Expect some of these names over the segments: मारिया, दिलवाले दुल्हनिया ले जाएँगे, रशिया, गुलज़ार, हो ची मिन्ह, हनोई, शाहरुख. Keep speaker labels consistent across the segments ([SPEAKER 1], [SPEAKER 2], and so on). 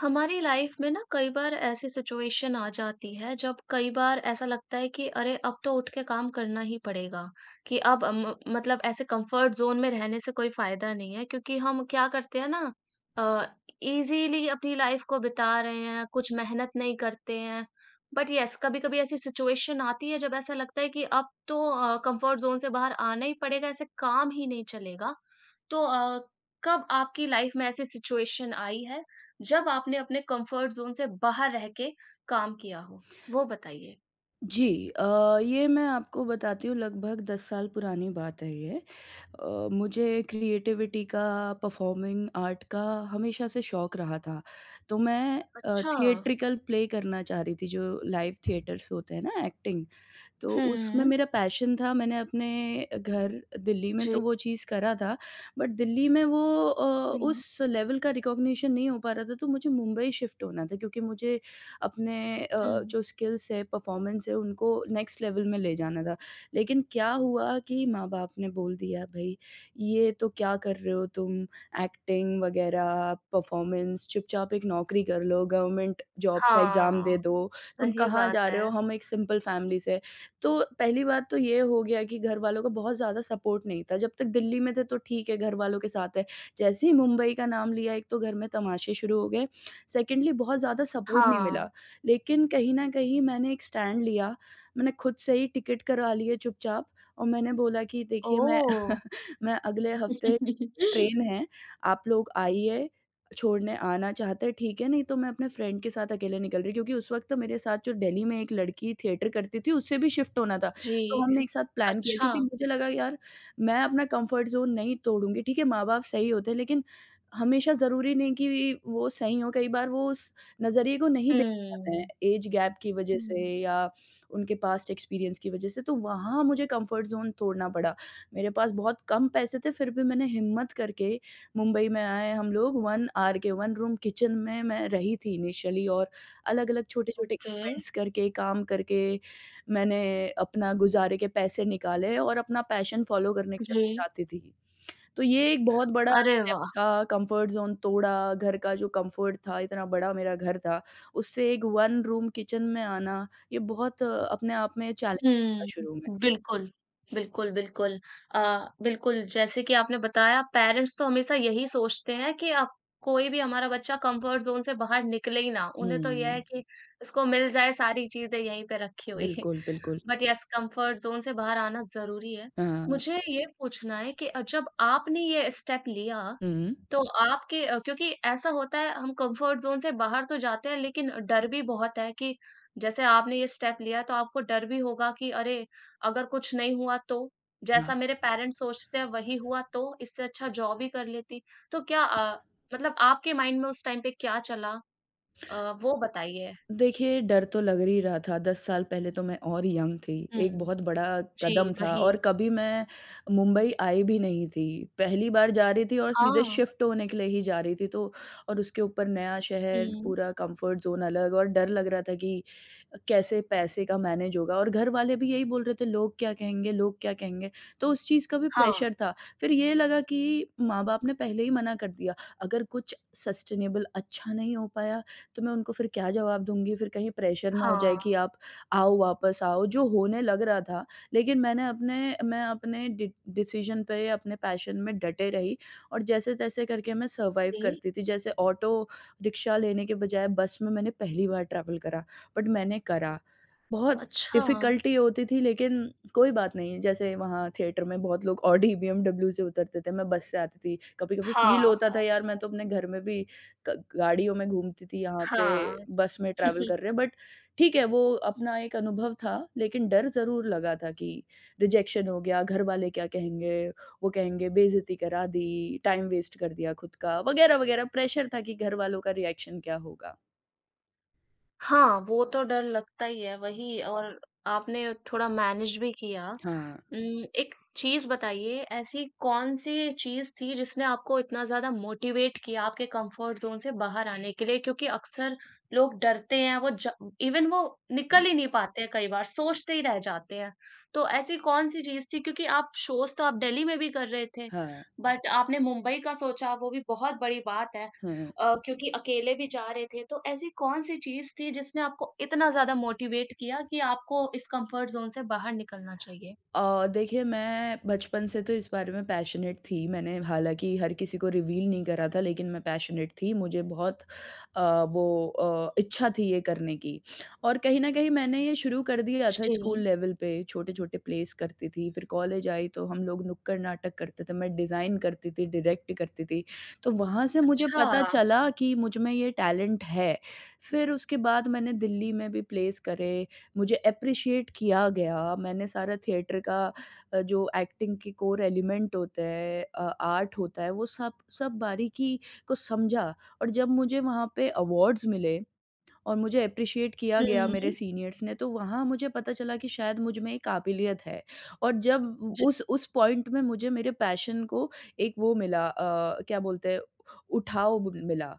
[SPEAKER 1] हमारी life में ना कई बार ऐसी situation आ जाती है, जब कई बार ऐसा लगता है कि अरे, अब तो उठ के काम करना ही पड़ेगा कि अब मतलब ऐसे कंफर्ट जोन में रहने से कोई फायदा नहीं है, क्योंकि हम क्या करते हैं ना, इजीली अपनी लाइफ को बिता रहे हैं, कुछ मेहनत नहीं करते हैं। बट यस, कभी कभी ऐसी सिचुएशन आती है जब ऐसा लगता है कि अब तो कंफर्ट जोन से बाहर आना ही पड़ेगा, ऐसे काम ही नहीं चलेगा। तो कब आपकी लाइफ में ऐसी सिचुएशन आई है जब आपने अपने कंफर्ट ज़ोन से बाहर रह के काम किया हो? वो बताइए।
[SPEAKER 2] जी ये मैं आपको बताती हूँ लगभग 10 साल पुरानी बात है ये। मुझे क्रिएटिविटी का, परफॉर्मिंग आर्ट का हमेशा से शौक रहा था। तो मैं
[SPEAKER 1] अच्छा।
[SPEAKER 2] थिएट्रिकल प्ले करना चाह रही थी जो लाइव थिएटर्स होते हैं ना एक्टिंग। तो उसमें
[SPEAKER 1] हुँ।
[SPEAKER 2] मेरा पैशन था, मैंने अपने घर दिल्ली में
[SPEAKER 1] जी।
[SPEAKER 2] तो वो चीज़ करा था, बट दिल्ली में वो
[SPEAKER 1] हुँ,
[SPEAKER 2] उस लेवल का रिकॉग्निशन नहीं हो पा रहा था, तो मुझे मुंबई शिफ्ट होना था क्योंकि मुझे अपने अ,
[SPEAKER 1] हुँ।
[SPEAKER 2] जो स्किल्स है, परफॉर्मेंस है, उनको नेक्स्ट लेवल में ले जाना था। लेकिन क्या हुआ कि माँ-बाप ने बोल दिया, "भई, ये तो क्या कर रहे हो तुम? एक्टिंग वगैरह, परफॉर्मेंस, चुपचाप एक नौकरी कर लो, गवर्नमेंट जॉब का एग्ज़ाम
[SPEAKER 1] हाँ,
[SPEAKER 2] दे दो, तुम
[SPEAKER 1] सही
[SPEAKER 2] कहाँ
[SPEAKER 1] बात
[SPEAKER 2] जा रहे
[SPEAKER 1] है।
[SPEAKER 2] हो? हम एक सिंपल फैमिली से।" तो पहली बात तो ये हो गया कि घरवालों का बहुत ज़्यादा सपोर्ट नहीं था। जब तक दिल्ली में थे तो ठीक है घरवालों के साथ है। जैसे ही मुंबई का नाम लिया एक तो घर में तमाशे शुरू हो गए, सेकेंडली बहुत ज़्यादा सपोर्ट नहीं
[SPEAKER 1] हाँ।
[SPEAKER 2] मिला। लेकिन कहीं न कहीं मैंने एक स्टैंड लिया, मैंने खुद से ही टिकट करवा लिए चुपचाप और मैंने बोला कि देखिए मैं
[SPEAKER 1] ओह!
[SPEAKER 2] मैं अगले हफ्ते ट्रेन है, आप लोग आइए छोड़ने आना चाहता है ठीक है, नहीं तो मैं अपने फ्रेंड के साथ अकेले निकल रही क्योंकि उस वक़्त मेरे साथ जो दिल्ली में एक लड़की थिएटर करती थी उससे भी शिफ्ट होना था। तो
[SPEAKER 1] जी,
[SPEAKER 2] हमने एक साथ प्लान किया
[SPEAKER 1] अच्छा।
[SPEAKER 2] क्योंकि मुझे लगा यार मैं अपना कम्फ़र्ट ज़ोन नहीं तोड़ूँगी ठीक है, माँ-बाप सही होते हैं लेकिन हमेशा ज़रूरी नहीं कि वो सही हों, कई बार वो उस नज़रिए को नहीं देख पाते
[SPEAKER 1] हुँ।
[SPEAKER 2] हैं ऐज गैप की वज़ह से
[SPEAKER 1] हुँ,
[SPEAKER 2] या उनके पास्ट एक्सपीरियंस की वज़ह से, तो वहाँ मुझे कम्फ़र्ट ज़ोन तोड़ना पड़ा। मेरे पास बहुत कम पैसे थे फिर भी मैंने हिम्मत करके मुंबई में आए। हम लोग 1 आर के 1 रूम किचन में मैं रही थी इनिशियली और अलग-अलग छोटे-छोटे
[SPEAKER 1] ओके।
[SPEAKER 2] इवेंट्स करके, काम करके मैंने अपना गुज़ारे के पैसे निकाले और अपना पैशन फ़ॉलो करने के लिए
[SPEAKER 1] जी।
[SPEAKER 2] मैं जाती थी। तो ये एक बहुत बड़ा
[SPEAKER 1] अरे
[SPEAKER 2] स्टेप
[SPEAKER 1] वाह!
[SPEAKER 2] था, कम्फ़र्ट ज़ोन तोड़ा, घर का जो कम्फ़र्ट था, इतना बड़ा मेरा घर था, उससे एक 1 रूम किचन में आना, ये बहुत अपने आप में चैलेंजिंग था शुरू में।
[SPEAKER 1] हुँ, बिल्कुल। बिल्कुल, बिल्कुल। अ, बिल्कुल, जैसे कि आपने बताया, पेरेंट्स तो हमेशा यही सोचते हैं कि अब कोई भी हमारा बच्चा कम्फर्ट ज़ोन से बाहर निकले ही ना। उन्हें तो यह है
[SPEAKER 2] हुँ,
[SPEAKER 1] कि उसको मिल जाए सारी चीज़ें यहीं पे रखी हुई।
[SPEAKER 2] बिल्कुल, बिल्कुल।
[SPEAKER 1] बट यस, कंफर्ट ज़ोन से बाहर आना ज़रूरी है।
[SPEAKER 2] हाँ,
[SPEAKER 1] मुझे ये पूछना है कि जब आपने ये स्टेप लिया,
[SPEAKER 2] हुँ।
[SPEAKER 1] तो आपके क्योंकि ऐसा होता है, हम कंफर्ट ज़ोन से बाहर तो जाते हैं लेकिन डर भी बहुत है कि जैसे आपने ये स्टेप लिया तो आपको डर भी होगा कि अरे! अगर कुछ नहीं हुआ तो? जैसा मेरे पेरेंट्स सोचते हैं वही हुआ तो? इससे अच्छा जॉब ही कर लेती। तो क्या मतलब आपके माइंड में उस टाइम पे क्या चला? अ, वो बताइए?
[SPEAKER 2] देखिए, डर तो लग ही रहा था, 10 साल पहले तो मैं और यंग थी, एक
[SPEAKER 1] हुँ।
[SPEAKER 2] बहुत बड़ा
[SPEAKER 1] जी,
[SPEAKER 2] कदम था
[SPEAKER 1] वही।
[SPEAKER 2] और कभी मैं मुंबई आई भी नहीं थी, पहली बार जा रही थी और सीधे
[SPEAKER 1] हाँ।
[SPEAKER 2] शिफ्ट होने के लिए ही जा रही थी। तो और उसके ऊपर नया शहर,
[SPEAKER 1] हुँ।
[SPEAKER 2] पूरा कम्फर्ट ज़ोन अलग और डर लग रहा था कि कैसे पैसे का मैनेज होगा और घर वाले भी यही बोल रहे थे, "लोग क्या कहेंगे? लोग क्या कहेंगे?" तो उस चीज़ का भी
[SPEAKER 1] हाँ।
[SPEAKER 2] प्रेशर था। फिर ये लगा कि माँ-बाप ने पहले ही मना कर दिया, अगर कुछ सस्टेनेबल अच्छा नहीं हो पाया तो मैं उनको फिर क्या जवाब दूँगी? फिर कहीं प्रेशर ना हो जाए
[SPEAKER 1] हाँ,
[SPEAKER 2] कि आप आओ, वापस आओ, जो होने लग रहा था। लेकिन मैंने अपने मैं अपने डि डिसीज़न पे, अपने पैशन में डटे रही और जैसे-तैसे करके मैं सर्वाइव
[SPEAKER 1] ये
[SPEAKER 2] करती थी। जैसे ऑटो रिक्शा लेने के बजाय बस में मैंने पहली बार ट्रैवल करा, बट मैंने करा। बहुत
[SPEAKER 1] अच्छा।
[SPEAKER 2] डिफ़िकल्टी होती थी लेकिन कोई बात नहीं, जैसे वहाँ थिएटर में बहुत लोग ऑडी, बीएमडब्ल्यू से उतरते थे, मैं बस से आती थी। कभी-कभी फ़ील
[SPEAKER 1] हाँ,
[SPEAKER 2] होता था
[SPEAKER 1] हाँ।
[SPEAKER 2] यार मैं तो अपने घर में भी ग गाड़ियों में घूमती थी यहाँ पे
[SPEAKER 1] हाँ।
[SPEAKER 2] बस में ट्रैवल कर रहे हैं, बट ठीक है, वो अपना एक अनुभव था, लेकिन डर ज़रूर लगा था कि रिजेक्शन हो गया, घरवाले क्या कहेंगे? वो कहेंगे बेइज़्ज़ती करा दी, टाइम वेस्ट कर दिया खुद का, वगैरह-वगैरह। प्रेशर था कि घरवालों का रिएक्शन क्या होगा?
[SPEAKER 1] हाँ, वो तो डर लगता ही है, वही। और आपने थोड़ा मैनेज भी किया।
[SPEAKER 2] हाँ।
[SPEAKER 1] एक चीज़ बताइए, ऐसी कौन-सी चीज़ थी जिसने आपको इतना ज़्यादा मोटिवेट किया आपके कम्फर्ट ज़ोन से बाहर आने के लिए? क्योंकि अक्सर लोग डरते हैं, वो ज इवन वो निकल ही नहीं पाते हैं कई बार, सोचते ही रह जाते हैं। तो ऐसी कौन-सी चीज़ थी? क्योंकि आप शोज़ तो आप दिल्ली में भी कर रहे थे,
[SPEAKER 2] हाँ,
[SPEAKER 1] बट आपने मुंबई का सोचा, वो भी बहुत बड़ी बात है।
[SPEAKER 2] हाँ।
[SPEAKER 1] क्योंकि अकेले भी जा रहे थे, तो ऐसी कौन-सी चीज़ थी जिसने आपको इतना ज़्यादा मोटिवेट किया कि आपको इस कम्फर्ट ज़ोन से बाहर निकलना चाहिए?
[SPEAKER 2] देखिए मैं बचपन से तो इस बारे में पैशनेट थी। मैंने हालाँकि हर किसी को रिवील नहीं करा था लेकिन मैं पैशनेट थी। मुझे बहुत इच्छा थी ये करने की और कहीं न कहीं मैंने ये शुरू कर दिया था स्कूल
[SPEAKER 1] जी,
[SPEAKER 2] लेवल पे, छोटे-छोटे प्लेस करती थी। फिर कॉलेज आई तो हम लोग नुक्कड़ नाटक करते थे, मैं डिज़ाइन करती थी, डायरेक्ट करती थी। तो वहाँ से मुझे
[SPEAKER 1] अच्छा।
[SPEAKER 2] पता चला कि मुझ में ये टैलेंट है। फिर उसके बाद मैंने दिल्ली में भी प्लेस करे, मुझे एप्रिशिएट किया गया। मैंने सारा थिएटर का जो एक्टिंग के कोर एलिमेंट होते हैं आर्ट होता है वो सब सब बारीकी को समझा और जब मुझे वहाँ पे अवार्ड्स मिले और मुझे एप्रिशिएट किया गया मेरे
[SPEAKER 1] हुँ,
[SPEAKER 2] सीनियर्स ने, तो वहाँ मुझे पता चला कि शायद मुझ में ये काबिलियत है। और जब
[SPEAKER 1] जी,
[SPEAKER 2] उस पॉइंट में मुझे मेरे पैशन को एक वो मिला क्या बोलते हैं उठाव मिला,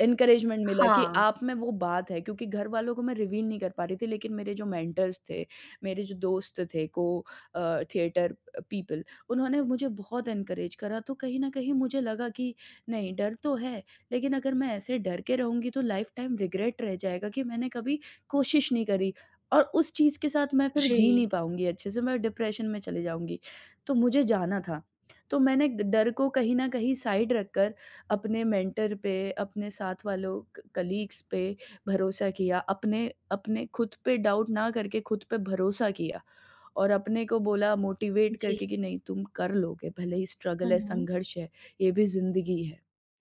[SPEAKER 2] एनकरेजमेंट मिला कि
[SPEAKER 1] हाँ,
[SPEAKER 2] आप में वो बात है क्योंकि घर वालों को मैं रिवील नहीं कर पा रही थी लेकिन मेरे जो मेंटर्स थे, मेरे जो दोस्त थे को थिएटर पीपल, उन्होंने मुझे बहुत एनकरेज करा तो कहीं न कहीं मुझे लगा कि नहीं डर तो है, लेकिन अगर मैं ऐसे डर के रहूँगी तो लाइफ टाइम रिग्रेट रह जाएगा कि मैंने कभी कोशिश नहीं करी और उस चीज़ के साथ मैं फिर जी
[SPEAKER 1] जी,
[SPEAKER 2] नहीं पाऊँगी अच्छे से, मैं डिप्रेशन में चली जाऊँगी। तो मुझे जाना था, तो मैंने डर को कहीं न कहीं साइड रखकर अपने मेंटर पे, अपने साथ वालों क कलीग्स पे भरोसा किया, अपने अपने खुद पे डाउट ना करके खुद पे भरोसा किया और अपने को बोला मोटिवेट
[SPEAKER 1] जी।
[SPEAKER 2] करके कि नहीं तुम कर लोगे, भले ही
[SPEAKER 1] हुँ,
[SPEAKER 2] स्ट्रगल है,
[SPEAKER 1] हुँ,
[SPEAKER 2] संघर्ष है, ये भी ज़िंदगी है।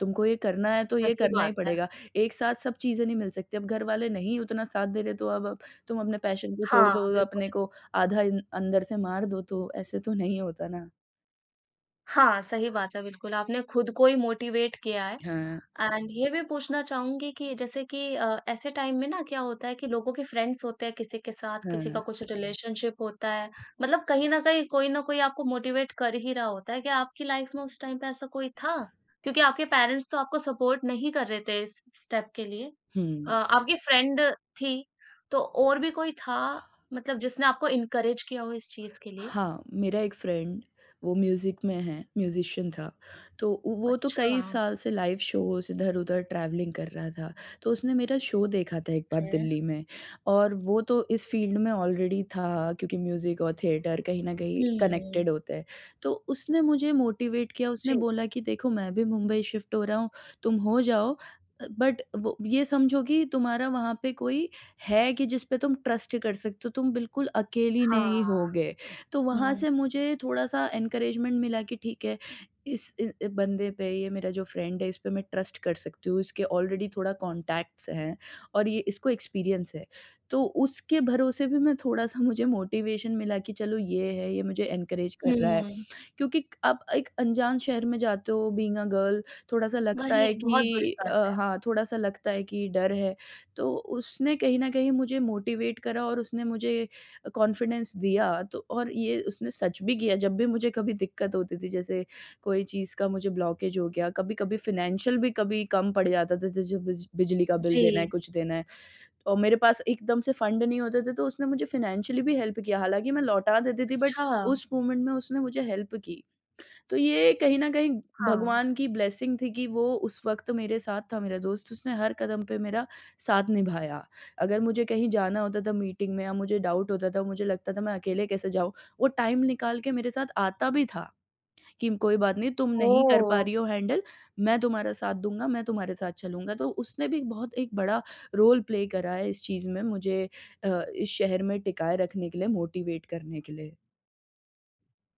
[SPEAKER 2] तुमको ये करना है तो ये
[SPEAKER 1] सही
[SPEAKER 2] करना
[SPEAKER 1] बात
[SPEAKER 2] ही
[SPEAKER 1] है।
[SPEAKER 2] पड़ेगा। एक साथ सब चीज़ें नहीं मिल सकती, अब घर वाले नहीं उतना साथ दे रहे तो अब तुम अपने पैशन को छोड़
[SPEAKER 1] हाँ,
[SPEAKER 2] दो, अपने
[SPEAKER 1] बिल्कुल।
[SPEAKER 2] को आधा इन अंदर से मार दो, तो ऐसे तो नहीं होता ना।
[SPEAKER 1] हाँ, सही बात है, बिल्कुल, आपने खुद को ही मोटिवेट किया है।
[SPEAKER 2] हाँ,
[SPEAKER 1] एंड ये भी पूछना चाहूँगी कि जैसे कि ऐसे टाइम में ना क्या होता है कि लोगों के फ्रेंड्स होते हैं किसी के साथ, किसी का
[SPEAKER 2] हाँ,
[SPEAKER 1] कुछ रिलेशनशिप होता है। मतलब कहीं न कहीं कोई न कोई आपको मोटिवेट कर ही रहा होता है। क्या आपकी लाइफ में उस टाइम पे ऐसा कोई था? क्योंकि आपके पेरेंट्स तो आपको सपोर्ट नहीं कर रहे थे इस स्टेप के लिए।
[SPEAKER 2] हुँ।
[SPEAKER 1] आपकी फ्रेंड थी, तो और भी कोई था मतलब जिसने आपको एनकरेज किया हो इस चीज़ के लिए?
[SPEAKER 2] हाँ, मेरा एक फ्रेंड वो म्यूज़िक में है, म्यूज़िशियन था, तो उ वो तो
[SPEAKER 1] अच्छा,
[SPEAKER 2] कई साल से लाइव शोज़ इधर-उधर ट्रैवलिंग कर रहा था, तो उसने मेरा शो देखा था एक बार
[SPEAKER 1] ओके।
[SPEAKER 2] दिल्ली में और वो तो इस फ़ील्ड में ऑलरेडी था क्योंकि म्यूज़िक और थिएटर कहीं न कहीं
[SPEAKER 1] हुँ।
[SPEAKER 2] कनेक्टेड होते हैं। तो उसने मुझे मोटिवेट किया, उसने
[SPEAKER 1] जी।
[SPEAKER 2] बोला कि देखो मैं भी मुंबई शिफ्ट हो रहा हूँ, तुम हो जाओ बट वो ये समझो कि तुम्हारा वहाँ पे कोई है कि जिस पे तुम ट्रस्ट कर सकते हो, तुम बिल्कुल अकेली
[SPEAKER 1] हाँ।
[SPEAKER 2] नहीं होगे। तो वहाँ
[SPEAKER 1] हुँ,
[SPEAKER 2] से मुझे थोड़ा-सा एनकरेजमेंट मिला कि ठीक है, बंदे पे ये मेरा जो फ्रेंड है इस पे मैं ट्रस्ट कर सकती हूँ, इसके ऑलरेडी थोड़ा कॉन्टैक्ट्स हैं और ये इसको एक्सपीरियंस है। तो उसके भरोसे भी मैं थोड़ा-सा मुझे मोटिवेशन मिला कि चलो ये है, ये मुझे एनकरेज कर रहा है।
[SPEAKER 1] हुँ।
[SPEAKER 2] क्योंकि आप एक अनजान शहर में जाते हो बीइंग अ गर्ल, थोड़ा-सा लगता
[SPEAKER 1] वही
[SPEAKER 2] है कि
[SPEAKER 1] बहुत बड़ी बात।
[SPEAKER 2] हाँ, थोड़ा-सा लगता है कि डर है। तो उसने कहीं न कहीं मुझे मोटिवेट करा और उसने मुझे कॉन्फिडेंस दिया तो और ये उसने सच भी किया। जब भी मुझे कभी दिक्कत होती थी जैसे कोई चीज़ का मुझे ब्लॉकेज हो गया, कभी-कभी फ़ाइनेंशियल भी कभी कम पड़ जाता था जैसे बिजली का बिल
[SPEAKER 1] जी,
[SPEAKER 2] देना है, कुछ देना है और मेरे पास एकदम से फंड नहीं होते थे तो उसने मुझे फ़ाइनेंशियली भी हेल्प किया। हालाँकि मैं लौटा देती थी बट
[SPEAKER 1] अच्छा,
[SPEAKER 2] उस मोमेंट में उसने मुझे हेल्प की। तो ये कहीं न कहीं
[SPEAKER 1] हाँ,
[SPEAKER 2] भगवान की ब्लेसिंग थी कि वो उस वक़्त मेरे साथ था मेरा दोस्त, उसने हर कदम पे मेरा साथ निभाया। अगर मुझे कहीं जाना होता था मीटिंग में या मुझे डाउट होता था, मुझे लगता था मैं अकेले कैसे जाऊँ, वो टाइम निकाल के मेरे साथ आता भी था कि कोई बात नहीं तुम नहीं कर पा
[SPEAKER 1] ओह!
[SPEAKER 2] रही हो हैंडल, मैं तुम्हारा साथ दूँगा, मैं तुम्हारे साथ चलूँगा। तो उसने भी बहुत एक बड़ा रोल प्ले करा है इस चीज़ में मुझे इस शहर में टिकाए रखने के लिए, मोटिवेट करने के लिए।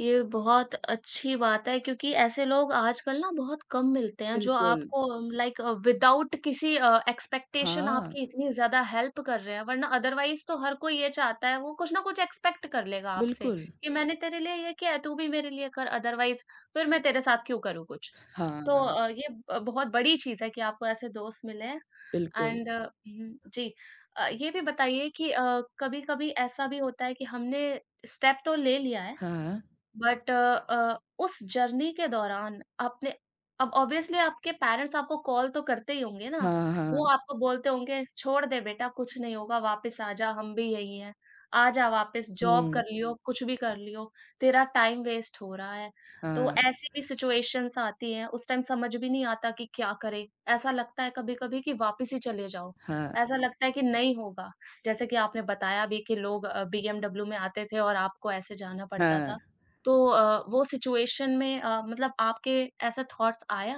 [SPEAKER 1] ये बहुत अच्छी बात है क्योंकि ऐसे लोग आजकल ना बहुत कम मिलते हैं जो
[SPEAKER 2] बिल्कुल।
[SPEAKER 1] आपको, लाइक, विदाउट किसी एक्सपेक्टेशन
[SPEAKER 2] हाँ,
[SPEAKER 1] आपकी इतनी ज्यादा हेल्प कर रहे हैं, वरना अदरवाइज तो हर कोई ये चाहता है, वो कुछ ना कुछ एक्सपेक्ट कर लेगा आपसे
[SPEAKER 2] बिल्कुल।
[SPEAKER 1] कि मैंने तेरे लिए ये किया है तू भी मेरे लिए कर, अदरवाइज फिर मैं तेरे साथ क्यों करूँ कुछ। तो
[SPEAKER 2] हाँ।
[SPEAKER 1] ये बहुत बड़ी चीज है कि आपको ऐसे दोस्त मिले हैं।
[SPEAKER 2] बिल्कुल।
[SPEAKER 1] एंड जी, ये भी बताइए कि कभी कभी ऐसा भी होता है कि हमने स्टेप तो ले लिया है,
[SPEAKER 2] हाँ,
[SPEAKER 1] बट अ, उस जर्नी के दौरान आपने, अब ऑब्वियसली आपके पेरेंट्स आपको कॉल तो करते ही होंगे ना,
[SPEAKER 2] हाँ,
[SPEAKER 1] वो
[SPEAKER 2] हाँ।
[SPEAKER 1] आपको बोलते होंगे, "छोड़ दे बेटा, कुछ नहीं होगा, वापस आ जा, हम भी यही हैं। आ जा वापस, जॉब
[SPEAKER 2] हुँ,
[SPEAKER 1] कर लियो, कुछ भी कर लियो, तेरा टाइम वेस्ट हो रहा है।" तो
[SPEAKER 2] हाँ,
[SPEAKER 1] ऐसी भी सिचुएशंस आती हैं, उस टाइम समझ भी नहीं आता कि क्या करें? ऐसा लगता है कभी-कभी कि वापस ही चले जाओ,
[SPEAKER 2] हाँ,
[SPEAKER 1] ऐसा लगता है कि नहीं होगा। जैसे कि आपने बताया भी कि लोग बीएमडब्ल्यू में आते थे और आपको ऐसे जाना पड़ता
[SPEAKER 2] हाँ।
[SPEAKER 1] था। तो वो सिचुएशन में मतलब आपके ऐसा थॉट्स आया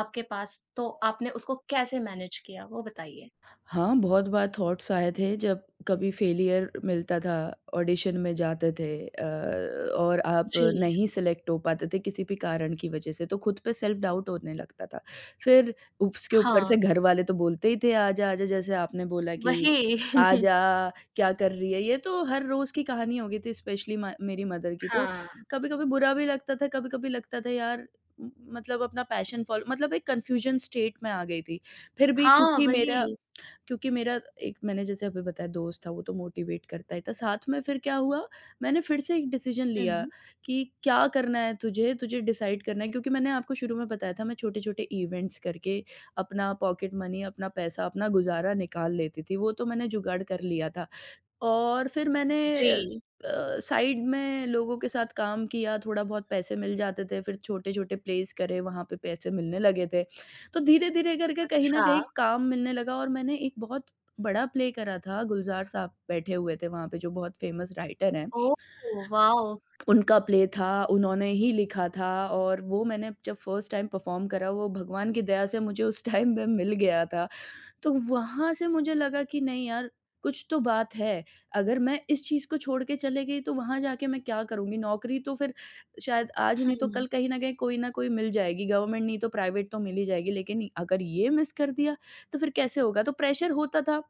[SPEAKER 1] आपके पास, तो आपने उसको कैसे मैनेज किया? वो बताइए?
[SPEAKER 2] हाँ, बहुत बार थॉट्स आए थे जब कभी फेलियर मिलता था, ऑडिशन में जाते थे और आप
[SPEAKER 1] जी।
[SPEAKER 2] नहीं सेलेक्ट हो पाते थे किसी भी कारण की वजह से, तो खुद पे सेल्फ डाउट होने लगता था। फिर उसके ऊपर
[SPEAKER 1] हाँ,
[SPEAKER 2] से घर वाले तो बोलते ही थे, "आजा, आजा" जैसे आपने बोला कि
[SPEAKER 1] वही।
[SPEAKER 2] "आजा, क्या कर रही है?" ये तो हर रोज़ की कहानी हो गई थी स्पेशली म मेरी मदर की। तो
[SPEAKER 1] हाँ।
[SPEAKER 2] कभी-कभी बुरा भी लगता था, कभी-कभी लगता था यार म मतलब अपना पैशन फ़ॉलो मतलब एक कन्फ्यूज़न स्टेट में आ गई थी। फिर भी
[SPEAKER 1] हाँ, वही।
[SPEAKER 2] क्योंकि मेरा एक मैंने जैसे अभी बताया दोस्त था वो तो मोटिवेट करता ही था साथ में। फिर क्या हुआ मैंने फिर से एक डिसीजन
[SPEAKER 1] हुँ,
[SPEAKER 2] लिया
[SPEAKER 1] हुँ।
[SPEAKER 2] कि क्या करना है तुझे तुझे डिसाइड करना है क्योंकि मैंने आपको शुरू में बताया था मैं छोटे छोटे इवेंट्स करके अपना पॉकेट मनी, अपना पैसा, अपना गुजारा निकाल लेती थी। वो तो मैंने जुगाड़ कर लिया था और फिर मैंने
[SPEAKER 1] जी।
[SPEAKER 2] अ साइड में लोगों के साथ काम किया, थोड़ा बहुत पैसे मिल जाते थे, फिर छोटे-छोटे प्लेस करे, वहाँ पे पैसे मिलने लगे थे। तो धीरे-धीरे करके कहीं न
[SPEAKER 1] अच्छा।
[SPEAKER 2] कहीं काम मिलने लगा और मैंने एक बहुत बड़ा प्ले करा था। गुलज़ार साहब बैठे हुए थे वहाँ पे, जो बहुत फ़ेमस राइटर हैं।
[SPEAKER 1] ओह! वाओ!
[SPEAKER 2] उनका प्ले था, उन्होंने ही लिखा था और वो मैंने जब फर्स्ट टाइम परफ़ॉर्म करा, वो भगवान की दया से मुझे उस टाइम पे मिल गया था। तो वहाँ से मुझे लगा कि नहीं यार, कुछ तो बात है। अगर मैं इस चीज़ को छोड़ के चले गई तो वहाँ जाके मैं क्या करूँगी? नौकरी तो फिर शायद आज नहीं तो
[SPEAKER 1] हुँ,
[SPEAKER 2] कल कहीं न कहीं कोई न कोई मिल जाएगी, गवर्नमेंट नहीं तो प्राइवेट तो मिल ही जाएगी। लेकिन अगर ये मिस कर दिया, तो फिर कैसे होगा? तो प्रेशर होता था।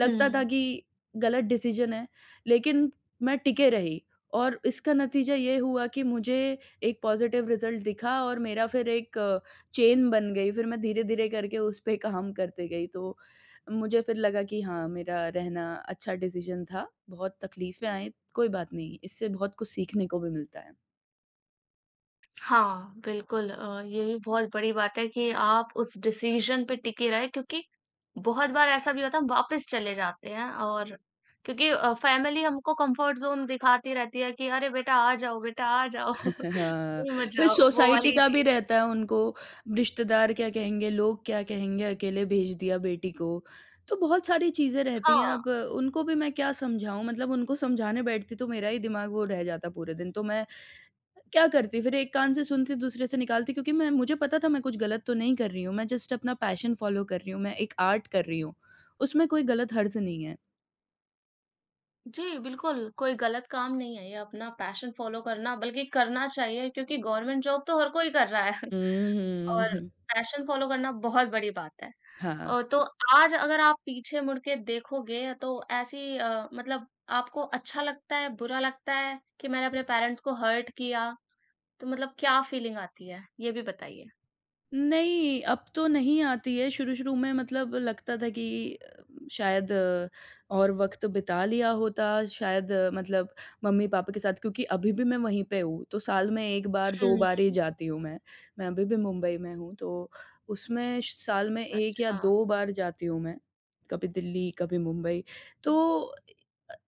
[SPEAKER 2] लगता था
[SPEAKER 1] हुँ।
[SPEAKER 2] कि गलत डिसीजन है, लेकिन मैं टिके रही और इसका नतीजा ये हुआ कि मुझे एक पॉज़िटिव रिज़ल्ट दिखा और मेरा फिर एक चेन बन गई। फिर मैं धीरे-धीरे करके उस पे काम करते गई। तो मुझे फिर लगा कि हाँ, मेरा रहना अच्छा डिसीजन था। बहुत तकलीफ़ें आई, कोई बात नहीं, इससे बहुत कुछ सीखने को भी मिलता है।
[SPEAKER 1] हाँ, बिल्कुल। ये भी बहुत बड़ी बात है कि आप उस डिसीज़न पे टिके रहे, क्योंकि बहुत बार ऐसा भी होता है हम वापस चले जाते हैं, और क्योंकि फैमिली हमको कम्फ़र्ट ज़ोन दिखाती रहती है कि अरे बेटा आ जाओ,
[SPEAKER 2] हाँ,
[SPEAKER 1] कहीं मत
[SPEAKER 2] फिर
[SPEAKER 1] जाओ, वो
[SPEAKER 2] सोसाइटी
[SPEAKER 1] वाली
[SPEAKER 2] का भी
[SPEAKER 1] चीज़।
[SPEAKER 2] रहता है उनको, रिश्तेदार क्या कहेंगे, लोग क्या कहेंगे, अकेले भेज दिया बेटी को। तो बहुत सारी चीज़ें रहती हैं।
[SPEAKER 1] हाँ।
[SPEAKER 2] अब उनको भी मैं क्या समझाऊँ, मतलब उनको समझाने बैठती तो मेरा ही दिमाग वो रह जाता पूरे दिन। तो मैं क्या करती, फिर एक कान से सुनती दूसरे से निकालती क्योंकि मैं मुझे पता था मैं कुछ गलत तो नहीं कर रही हूँ, मैं जस्ट अपना पैशन फ़ॉलो कर रही हूँ, मैं एक आर्ट कर रही हूँ, उसमें कोई गलत हर्ज़ नहीं है।
[SPEAKER 1] जी, बिल्कुल, कोई गलत काम नहीं है ये, अपना पैशन फ़ॉलो करना बल्कि करना चाहिए, क्योंकि गवर्नमेंट जॉब तो हर कोई कर रहा है
[SPEAKER 2] हुँ, हुँ,
[SPEAKER 1] और
[SPEAKER 2] हुँ।
[SPEAKER 1] पैशन फ़ॉलो करना बहुत बड़ी बात है।
[SPEAKER 2] हाँ।
[SPEAKER 1] तो आज अगर आप पीछे मुड़ के देखोगे तो ऐसी मतलब आपको अच्छा लगता है, बुरा लगता है कि मैंने अपने पेरेंट्स को हर्ट किया? तो मतलब क्या फीलिंग आती है? ये भी बताइए।
[SPEAKER 2] नहीं, अब तो नहीं आती है। शुरू-शुरू में मतलब लगता था कि शायद, और वक़्त बिता लिया होता, मतलब मम्मी-पापा के साथ। क्योंकि अभी भी मैं वहीं पे हूँ, तो साल में 1 बार, 2
[SPEAKER 1] हुँ,
[SPEAKER 2] बार ही जाती हूँ मैं। मैं अभी भी मुंबई में हूँ, तो उसमें श साल में 1 या
[SPEAKER 1] अच्छा।
[SPEAKER 2] 2 बार जाती हूँ मैं, कभी दिल्ली, कभी मुंबई। तो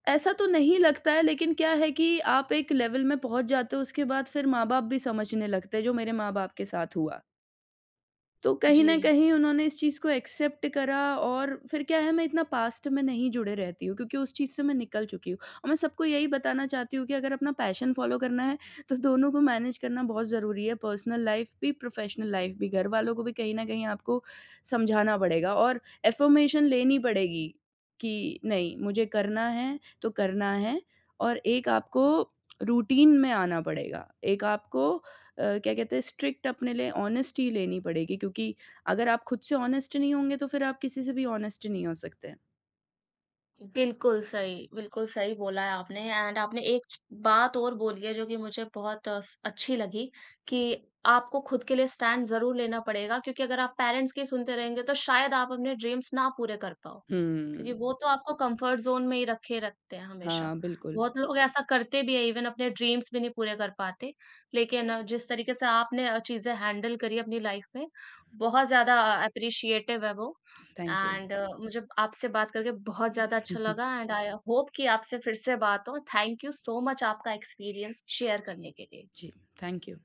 [SPEAKER 2] ऐसा तो नहीं लगता है, लेकिन क्या है कि आप एक लेवल में पहुँच जाते हो, उसके बाद फिर माँ-बाप भी समझने लगते हैं, जो मेरे माँ-बाप के साथ हुआ। तो कहीं न
[SPEAKER 1] जी।
[SPEAKER 2] कहीं उन्होंने इस चीज़ को एक्सेप्ट करा और फिर क्या है, मैं इतना पास्ट में नहीं जुड़े रहती हूँ क्योंकि उस चीज़ से मैं निकल चुकी हूँ। और मैं सबको यही बताना चाहती हूँ कि अगर अपना पैशन फ़ॉलो करना है, तो दोनों को मैनेज करना बहुत ज़रूरी है, पर्सनल लाइफ़ भी, प्रोफ़ेशनल लाइफ़ भी। घर वालों को भी कहीं न कहीं आपको समझाना पड़ेगा और अफ़र्मेशन लेनी पड़ेगी कि नहीं, मुझे करना है, तो करना है। और एक आपको रूटीन में आना पड़ेगा। एक आपको क्या कहते हैं, स्ट्रिक्ट अपने लिए ऑनेस्टी लेनी पड़ेगी क्योंकि अगर आप खुद से ऑनेस्ट नहीं होंगे तो फिर आप किसी से भी ऑनेस्ट नहीं हो सकते।
[SPEAKER 1] बिल्कुल सही बोला है आपने। एंड आपने एक च बात और बोली है जो कि मुझे बहुत अ, स अच्छी लगी कि आपको खुद के लिए स्टैंड ज़रूर लेना पड़ेगा, क्योंकि अगर आप पेरेंट्स की सुनते रहेंगे तो शायद आप अपने ड्रीम्स ना पूरे कर पाओ। क्योंकि
[SPEAKER 2] हुँ।
[SPEAKER 1] वो तो आपको कंफर्ट ज़ोन में ही रखे रखते हैं हमेशा।
[SPEAKER 2] हाँ, बिल्कुल।
[SPEAKER 1] बहुत लोग ऐसा करते भी हैं, इवन अपने ड्रीम्स भी नहीं पूरे कर पाते। लेकिन जिस तरीके से आपने चीज़ें हैंडल करी अपनी लाइफ में, बहुत ज़्यादा एप्रिशिएटिव है वो।
[SPEAKER 2] Thank you.
[SPEAKER 1] एंड मुझे आपसे बात करके बहुत ज़्यादा अच्छा लगा। एंड आई होप कि आपसे फिर से बात हो। थैंक यू सो मच आपका एक्सपीरियंस शेयर करने के लिए।
[SPEAKER 2] जी, थैंक यू।